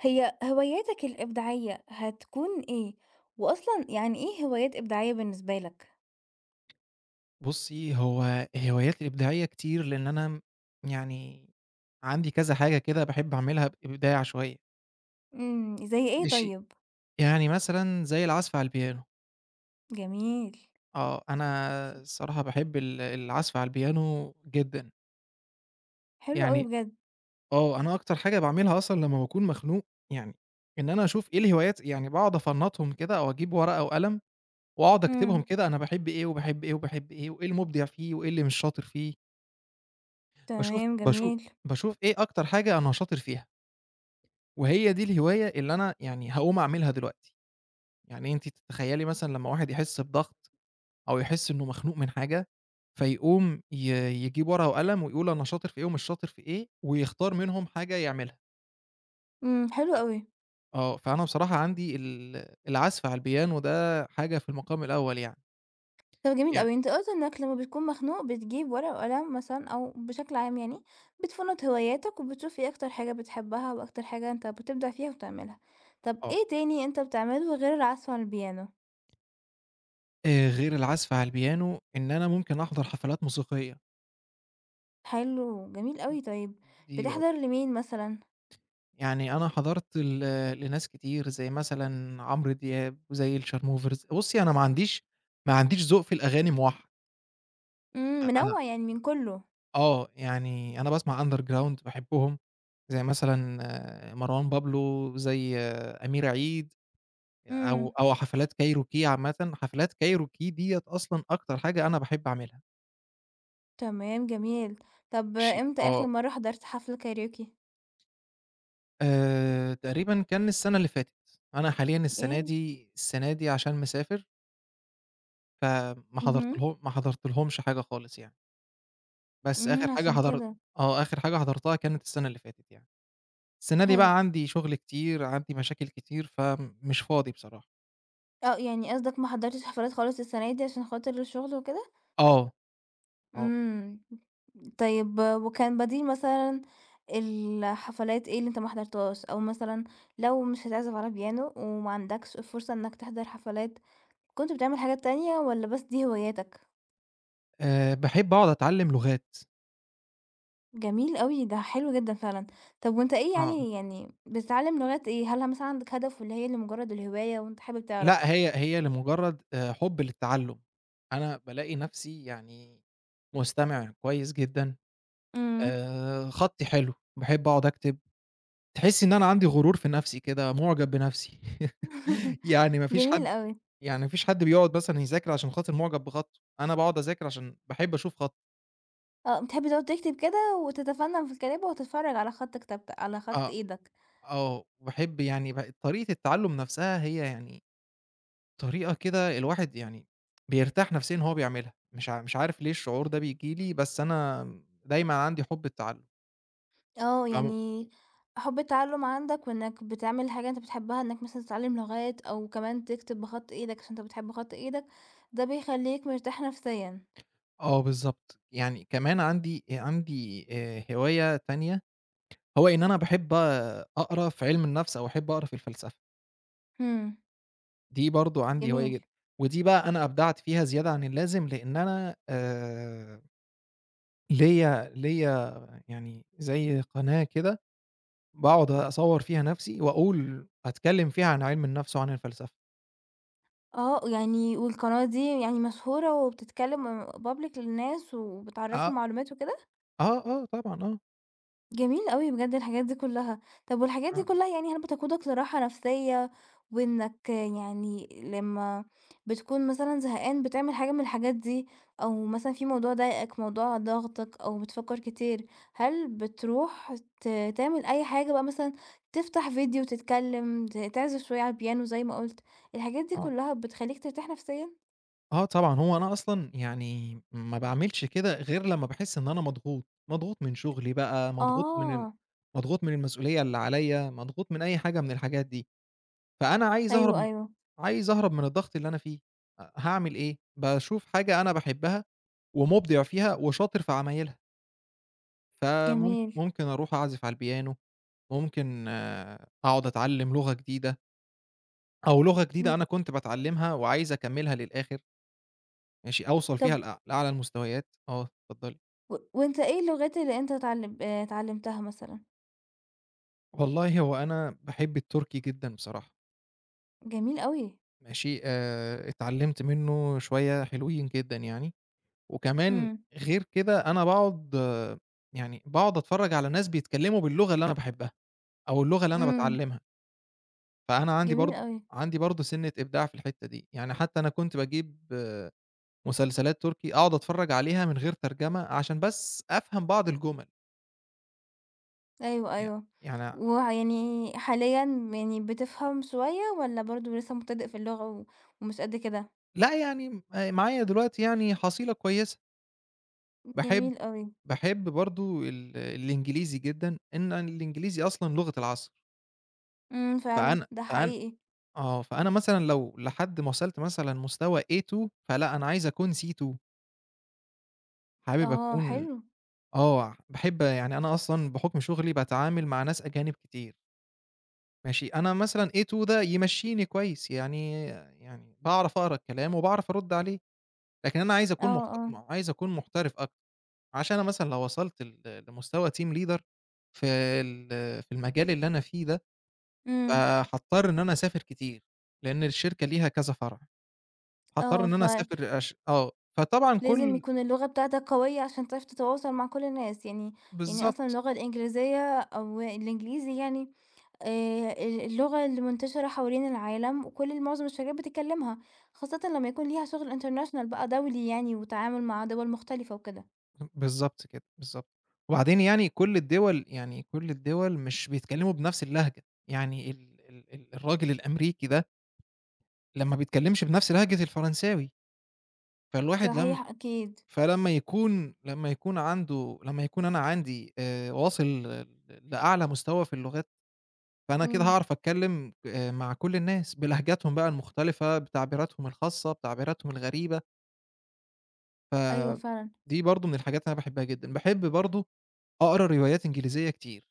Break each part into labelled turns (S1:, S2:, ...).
S1: هي هواياتك الإبداعية هتكون إيه؟ وأصلًا يعني إيه هوايات إبداعية بالنسبة لك؟
S2: بُصّي، هو هواياتي الإبداعية كتير، لإن أنا يعني عندي كذا حاجة كده باحب أعملها بإبداع شوية.
S1: إمم، زي إيه
S2: ماشي.
S1: طيب؟
S2: يعني مثلًا زي العزف على البيانو،
S1: جميل،
S2: آه، أنا الصراحة باحب العزف على البيانو جدًا.
S1: حلو أوي
S2: يعني
S1: بجد،
S2: آه، أنا أكتر حاجة باعملها أصلًا لمّا باكون مخنوق، يعني إن أنا أشوف إيه الهوايات، يعني باقعد أفنّطهم كده أو أجيب ورقة وقلم وأقعد أكتبهم
S1: إمم،
S2: كده أنا باحب إيه، وباحب إيه، وباحب إيه، وإيه المُبدع فيه، وإيه اللي مش شاطر فيه، باشوف
S1: تمام
S2: باشوف
S1: جميل،
S2: باشوف إيه أكتر حاجة أنا شاطر فيها. وهي دي الهواية اللي أنا يعني هاقوم أعملها دلوقتي، يعني أنتِ تتخيّلي مثلًا لمّا واحد يحس بضغط أو يحس إنه مخنوق من حاجة، فيقوم يجيب ورقة وقلم ويقول أنا شاطر في إيه ومش شاطر في إيه، ويختار منهم حاجة يعملها.
S1: إمم، حلو
S2: ف
S1: أوي،
S2: آه، فأنا بصراحة عندي العزف على البيانو ده حاجة في المقام الأول يعني.
S1: طب جميل
S2: يعني
S1: أوي، أنت قُلت إنك لمّا بتكون مخنوق بتجيب ورقة وقلم مثلًا أو بشكل عام يعني بتفنط هواياتك وبتشوف إيه أكتر حاجة بتحبها وأكتر حاجة أنت بتبدع فيها وتعملها، طب
S2: آه،
S1: إيه تاني أنت بتعمله غير العزف على البيانو؟
S2: غير العزف على البيانو إن أنا ممكن أحضر حفلات موسيقية.
S1: حلو، جميل أوي طيب،
S2: دي بر
S1: بتحضر لمين مثلًا؟
S2: يعني أنا حضرت لناس كتير، زي مثلًا عمرو دياب، وزي الشارموفرز. بُصّي، أنا ما عنديش ذوق في الأغاني موحّد.
S1: إمم،
S2: أنا
S1: منوّع يعني من كلّه،
S2: آه، يعني أنا باسمع underground باحبهم، زي مثلًا مروان بابلو، زي أمير عيد،
S1: إمم،
S2: أو حفلات كايروكي عامةً. حفلات كايروكي ديّة أصلًا أكتر حاجة أنا باحب أعملها.
S1: تمام جميل. طَب
S2: ماشي،
S1: إمتى آخر
S2: آه.
S1: مرّة حضرت حفلة كاريوكي؟
S2: تقريبًا كان السنة اللي فاتت، أنا حاليًا
S1: ياه!
S2: السنة دي عشان مسافر فما
S1: اهم،
S2: حضرتله ما حضرتلهمش حاجة خالص يعني. بس آخر
S1: إمم،
S2: حاجة
S1: عشان
S2: حضر
S1: كده،
S2: آه، آخر حاجة حضرتها كانت السنة اللي فاتت يعني. السنة دي
S1: حلو.
S2: بقى عندي شغل كتير، عندي مشاكل كتير، فمش فاضي بصراحة.
S1: آه، يعني قصدك ما حضرتش حفلات خالص السنة دي عشان خاطر الشغل وكده؟
S2: آه. آه،
S1: إمم، طيب وكان بديل مثلًا الحفلات إيه اللي أنت ما حضرتهاش؟ أو مثلًا لو مش هتعزف على بيانو وما عندكش فرصة إنك تحضر حفلات، كنت بتعمل حاجات تانية والّا بس دي هواياتك؟
S2: باحب أقعد أتعلّم لغات.
S1: جميل أوي، ده حلو جدًا فعلًا. طب وأنت إيه
S2: آه،
S1: يعني بتتعلم لغات إيه؟ هل مثلًا عندك هدف والّا هي لمجرد الهواية وأنت حابب تعرف؟
S2: لأ هي لمجرد حُب للتعلُّم، أنا بالاقي نفسي يعني مستمع كويس جدًا،
S1: إمم.
S2: خطّي حلو، باحب أقعد أكتب، تحسّي إن أنا عندي غرور في نفسي كده، مُعجب بنفسي يعني ما فيش
S1: جميل
S2: حد
S1: أوي.
S2: يعني ما فيش حد بيقعد مثلًا يذاكر عشان خاطر مُعجب بخطّه، أنا باقعد أذاكر عشان باحب أشوف خطّي.
S1: آه، بتحب تقعد تكتب كده وتتفنن في الكتابة وتتفرج على خط كتابتك على خط
S2: آه.
S1: إيدك.
S2: وباحب يعني طريقة التعلُّم نَفْسها، هي يعني طريقة كده الواحد يعني بيرتاح نَفْسيًا وهو بيعملها. مش عارف ليه الشعور ده بييجي لي، بس أنا دايمًا عندي حُب التعلُّم.
S1: آه،
S2: فم
S1: يعني حُب التعلم عندك وإنك بتعمل حاجة أنت بتحبها، إنك مثلًا تتعلم لغات أو كمان تكتب بخط إيدك عشان أنت بتحب خط إيدك، ده بيخلّيك مرتاح نفسيًا.
S2: آه بالضبط، يعني كمان عندي هواية تانية، هو إن أنا باحب أقرا في عِلم النَفْس أو أحب أقرا في الفلسفة.
S1: إمم،
S2: دي برضه عندي هواية
S1: جميل.
S2: جدًا. ودي بقى أنا أبدعت فيها زيادة عن اللازم، لإن أنا ليّا يعني زي قناة كده باقعد أصوّر فيها نفسي وأقول أتكلّم فيها عن عِلم النفس وعن الفلسفة.
S1: آه، يعني والقناة دي يعني مشهورة وبتتكلم public للناس وبتعرّفهم
S2: آه.
S1: معلومات وكده؟
S2: آه، آه طبعًا، آه.
S1: جميل أوي بجد الحاجات دي كلّها. طب والحاجات دي
S2: آه،
S1: كلّها يعني هل بتقودك لراحة نفسية وإنك يعني لمّا بتكون مثلًا زهقان بتعمل حاجة من الحاجات دي أو مثلًا في موضوع ضايقك، موضوع ضاغطك أو بتفكّر كتير، هل بتروح ت تعمل أي حاجة بقى مثلًا تفتح فيديو تتكلم، تعزف شوية على البيانو زي ما قُلت، الحاجات دي
S2: آه،
S1: كلّها بتخلّيك ترتاح نفسيًا؟
S2: آه طبعًا، هو أنا أصلًا يعني ما باعملش كده غير لمّا باحس إن أنا مضغوط، مضغوط من شغلي بقى، مضغوط من
S1: آه،
S2: مضغوط من المسؤولية اللي عليّا، مضغوط من أي حاجة من الحاجات دي، فأنا
S1: أيوه، أيوه،
S2: عايز أهرب من الضغط اللي أنا فيه. أ هاعمل إيه؟ باشوف حاجة أنا باحبها ومُبدع فيها وشاطر في عمايلها،
S1: جميل،
S2: ممكن أروح أعزف على البيانو، ممكن آه، أقعد أتعلّم لغة جديدة أو لغة
S1: إمم،
S2: جديدة أنا كنت باتعلّمها وعايز أكمّلها للآخر. ماشي، أوصل
S1: طب
S2: فيها لأعلى المستويات. آه، اتفضّلي.
S1: وأنت إيه اللغات اللي أنت اتعلمتها مثلًا؟
S2: والله هو أنا باحب التركي جدًا بصراحة.
S1: جميل أوي،
S2: ماشي، اتعلّمت منّه شوية حلوين جدًا يعني. وكمان
S1: إمم،
S2: غير كده أنا باقعد يعني باقعد أتفرّج على ناس بيتكلّموا باللغة اللي أنا باحبها، أو اللغة اللي أنا
S1: إمم،
S2: باتعلّمها. فأنا
S1: جميل أوي،
S2: عندي برضه سِنّة إبداع في الحتّة دي، يعني حتى أنا كنت باجيب مسلسلات تركي أقعد أتفرّج عليها من غير ترجمة عشان بس أفهم بعض الجُمل.
S1: أيوه،
S2: يع
S1: أيوه،
S2: يعني
S1: ويعني حاليًا يعني بتفهم شوية والّا برضه لسه مبتدئ في اللغة و ومش قد كده؟
S2: لأ يعني معايا دلوقتي يعني حصيلة كويسة. باحب
S1: جميل أوي،
S2: باحب برضه الإنجليزي جدًا، إن الإنجليزي أصلًا لغة العصر.
S1: إمم، فعلًا،
S2: فأنا
S1: ده
S2: فأنا
S1: حقيقي،
S2: فأنا مثلًا لو لحد ما وصلت مثلًا مستوى A2 فلأ، أنا عايز أكون C2. حابب
S1: آه،
S2: أكون
S1: حلو،
S2: آه، باحب يعني أنا أصلًا بحكم شغلي باتعامل مع ناس أجانب كتير. ماشي، أنا مثلًا A2 ده يمشّيني كويس، يعني باعرف أقرا الكلام وباعرف أرُد عليه، لكن أنا
S1: آه، آه،
S2: عايز أكون محترف أكتر، عشان أنا مثلًا لو وصلت لمستوى team leader في ال في المجال اللي أنا فيه ده،
S1: إمم،
S2: فهاضطر إن أنا أسافر كتير، لأن الشركة ليها كذا فرع. هاضطر
S1: آه،
S2: إن أنا أسافر عش آه، فطبعًا
S1: لازم
S2: كل
S1: يكون اللغة بتاعتك قوية عشان تعرف تتواصل مع كل الناس يعني يعني أصلا
S2: بالضبط،
S1: اللغة الإنجليزية أو الإنجليزي يعني آه، اللغة اللي منتشرة حوالين العالم وكل معظم الشركات بتتكلمها خاصة لما يكون ليها شغل انترناشونال بقى دولي يعني وتعامل مع دول مختلفة وكده
S2: بالضبط كده، بالضبط. وبعدين يعني كل الدول مش بيتكلموا بنفس اللهجة، يعني ال ال ال الراجل الأمريكي ده لمّا بيتكلمش بنفس لهجة الفرنساوي. فالواحد لم
S1: صحيح أكيد
S2: فلمّا يكون لمّا يكون عنده لمّا يكون أنا عندي واصل لأعلى مستوى في اللغات، فأنا كده
S1: امم
S2: هاعرف أتكلم مع كل الناس بلهجتهم بقى المختلفة، بتعبيراتهم الخاصة، بتعبيراتهم الغريبة. ف
S1: أيوة فعلا
S2: دي برضه من الحاجات اللي أنا باحبها جدًا. باحب برضه أقرا روايات إنجليزية كتير.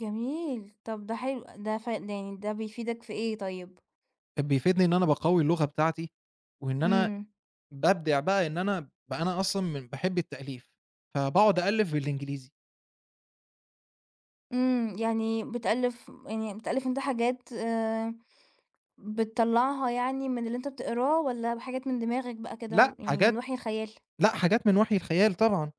S1: جميل طب ده حلو ده يعني ده بيفيدك في إيه طيب
S2: بيفيدني إن أنا باقوي اللغة بتاعتي، وإن أنا
S1: امم
S2: بابدع بقى إن أنا بقى أنا أصلًا من باحب التأليف، فباقعد أألف بالإنجليزي.
S1: يعني بتألف أنت حاجات آه، بتطلّعها يعني من اللي أنت بتقراه والّا بحاجات من دماغك بقى كده
S2: لأ
S1: يعني من
S2: حاجات
S1: وحي الخيال؟
S2: لأ حاجات من وحي الخيال طبعًا.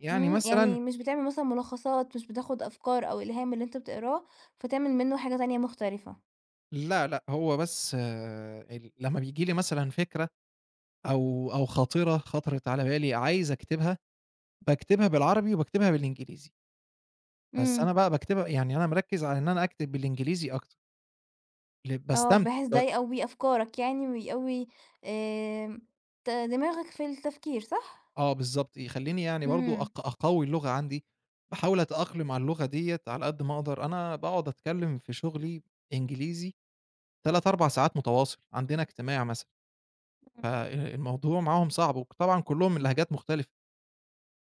S2: يعني
S1: إمم،
S2: مثلًا
S1: يعني مش بتعمل مثلًا ملخصات، مش بتاخد أفكار أو إلهام من اللي أنت بتقراه، فتعمل منه حاجة تانية مختلفة.
S2: لا، لأ هو بس آه، لمّا بييجي لي مثلًا فكرة أو خاطرة خطرت على بالي عايز أكتبها، باكتبها بالعربي وباكتبها بالإنجليزي، بس
S1: إمم.
S2: أنا بقى باكتبها يعني أنا مركّز على إن أنا أكتب بالإنجليزي أكتر،
S1: آه،
S2: باستمتع
S1: بحيث ده يقوّي أفكارك يعني ويقوّي آمم، دماغك في التفكير، صح؟
S2: آه بالضبط، يخلّيني يعني برضه
S1: إمم،
S2: أقوّي اللغة عندي. باحاول أتأقلم على اللغة ديّة على قد ما أقدر، أنا باقعد أتكلّم في شغلي إنجليزي 3، 4 ساعات متواصل، عندنا اجتماع مثلًا،
S1: إمم.
S2: فالموضوع معاهم صعب، وطبعًا كلّهم من لهجات مختلفة،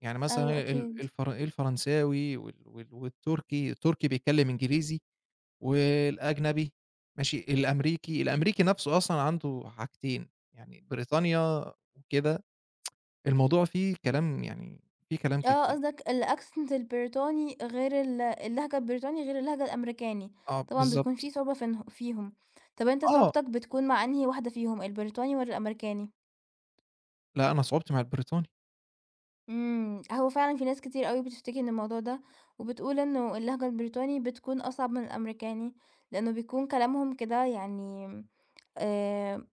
S2: يعني
S1: أيوه
S2: مثلًا ال
S1: أكيد.
S2: الفر الفرنساوي والتركي، التركي بيتكلّم إنجليزي، والأجنبي ماشي، الأمريكي، الأمريكي نَفْسه أصلًا عنده حاجتين، يعني بريطانيا وكده. الموضوع فيه كلام يعني فيه كلام
S1: آه،
S2: كتير.
S1: قصدك الaccent البريطاني غير ال اللهجة البريطاني غير اللهجة الأمريكاني،
S2: آه
S1: طبعًا بتكون
S2: بالضبط.
S1: في صعوبة في انه فيهم. طب أنت
S2: آه،
S1: صعوبتك بتكون مع أنهي واحدة فيهم، البريطاني والّا الأمريكاني؟
S2: لأ أنا صعوبتي مع البريطاني.
S1: إمم، هو فعلًا في ناس كتير أوي بتشتكي من الموضوع ده، وبتقول إنه اللهجة البريطاني بتكون أصعب من الأمريكاني، لأنه بيكون كلامهم كده يعني آآ،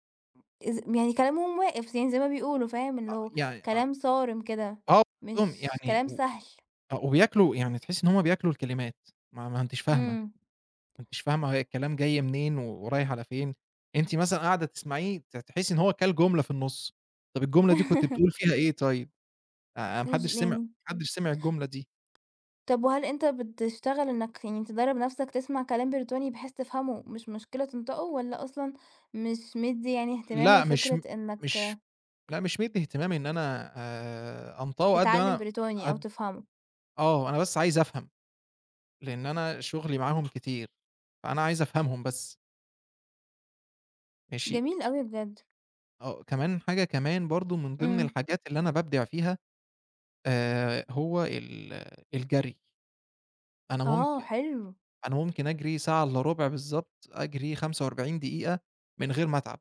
S1: إز يعني كلامهم واقف يعني زي ما بيقولوا فاهم، اللي
S2: آه
S1: هو
S2: يعني
S1: كلام صارم كده،
S2: آه
S1: مش
S2: عندهم يعني
S1: كلام
S2: و
S1: سهل.
S2: آه وبياكلوا، يعني تحسّي إن هُم بياكلوا الكلمات، ما أنتيش فاهمة، ما
S1: إمم.
S2: أنتيش فاهمة هي الكلام جاي منين ورايح على فين، أنتِ مثلًا قاعدة تسمعيه تحسّي إن هو كَل جملة في النُص. طَب الجملة دي كنت بتقول فيها إيه طيب؟ ما
S1: يعني
S2: حدّش سمع الجملة دي.
S1: طب وهل أنت بتشتغل إنك يعني تدرّب نَفْسك تسمع كلام بريطاني بحيث تفهمه مش مشكلة تنطقه، والّا أصلًا مش مدّي يعني اهتمام
S2: لأ مش
S1: لفكرة
S2: م مش
S1: إنك
S2: لأ مش مدّي اهتمامي إن أنا أنطقه قد ما
S1: تتعلّم
S2: أنا.
S1: بريطاني أو
S2: قد
S1: تفهمه؟
S2: آه أنا بس عايز أفهم. لإن أنا شُغلي معاهم كتير، فأنا عايز أفهمهم بس. ماشي،
S1: جميل أوي بجد،
S2: آه، كمان حاجة كمان برضه من ضمن
S1: إمم،
S2: الحاجات اللي أنا بابدع فيها هو الجري. أنا
S1: آه
S2: ممك
S1: حلو،
S2: أنا ممكن أجري ساعة إلا ربع بالضبط، أجري 45 دقيقة من غير ما أتعب.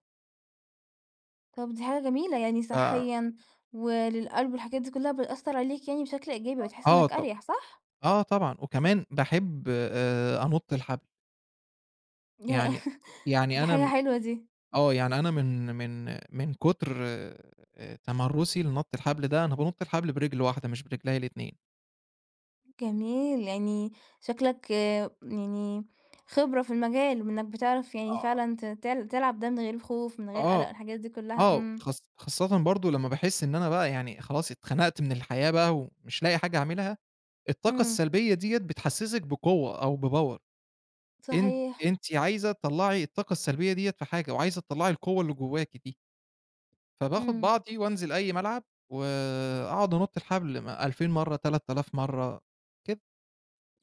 S1: طب دي حاجة جميلة يعني
S2: ف
S1: صحيًا وللقلب والحاجات دي كلّها بتأثّر عليك يعني بشكل إيجابي، بتحس
S2: آه
S1: إنك
S2: طبعًا.
S1: أريح صح؟
S2: آه طبعًا، وكمان باحب أنُط الحبل.
S1: ياه!
S2: يعني
S1: دي
S2: يعني أنا
S1: حاجة
S2: م
S1: حلوة دي.
S2: آه، يعني أنا من كتر تمرُّسي لنَط الحبل ده، أنا بانُط الحبل برِجل واحدة مش برجليّا الاتنين.
S1: جميل، يعني شكلك آه، يعني خبرة في المجال، وإنك بتعرف يعني
S2: آه.
S1: فعلًا ت تل تلعب ده من غير خوف، من غير قلق،
S2: آه،
S1: الحاجات دي كلها، إمم،
S2: خاصةً برضه لمّا باحس إن أنا بقى يعني خلاص اتخنقت من الحياة بقى ومش لاقي حاجة أعملها، الطاقة
S1: إمم،
S2: السلبية ديّة بتحسسِك بقوة أو بpower. أنتِ
S1: صحيح،
S2: أنتِ عايزة تطلّعي الطاقة السلبية ديّة في حاجة وعايزة تطلّعي القوة اللي جواكِ دي، فباخد
S1: إمم.
S2: بعضي وانزل أي ملعب وأقعد أنُط الحبل م 2000 مرّة، 3000 مرّة كده.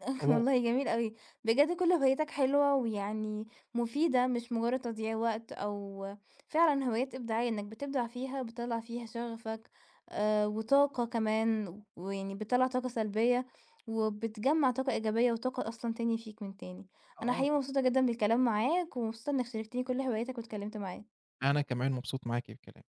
S2: و
S1: والله جميل أوي، بجد كل هواياتك حلوة ويعني مفيدة مش مجرد تضييع وقت أو فعلًا هوايات إبداعية إنك بتبدع فيها، بتطلّع فيها شغفك وطاقة كمان ويعني بتطلّع طاقة سلبية وبتجمّع طاقة إيجابية وطاقة أصلًا تاني فيك من تاني، أنا
S2: آه،
S1: حقيقي مبسوطة جدًا بالكلام معاك ومبسوطة إنك شاركتني كل هواياتك واتكلمت معايا.
S2: أنا كمان مبسوط معاكِ بكلامي.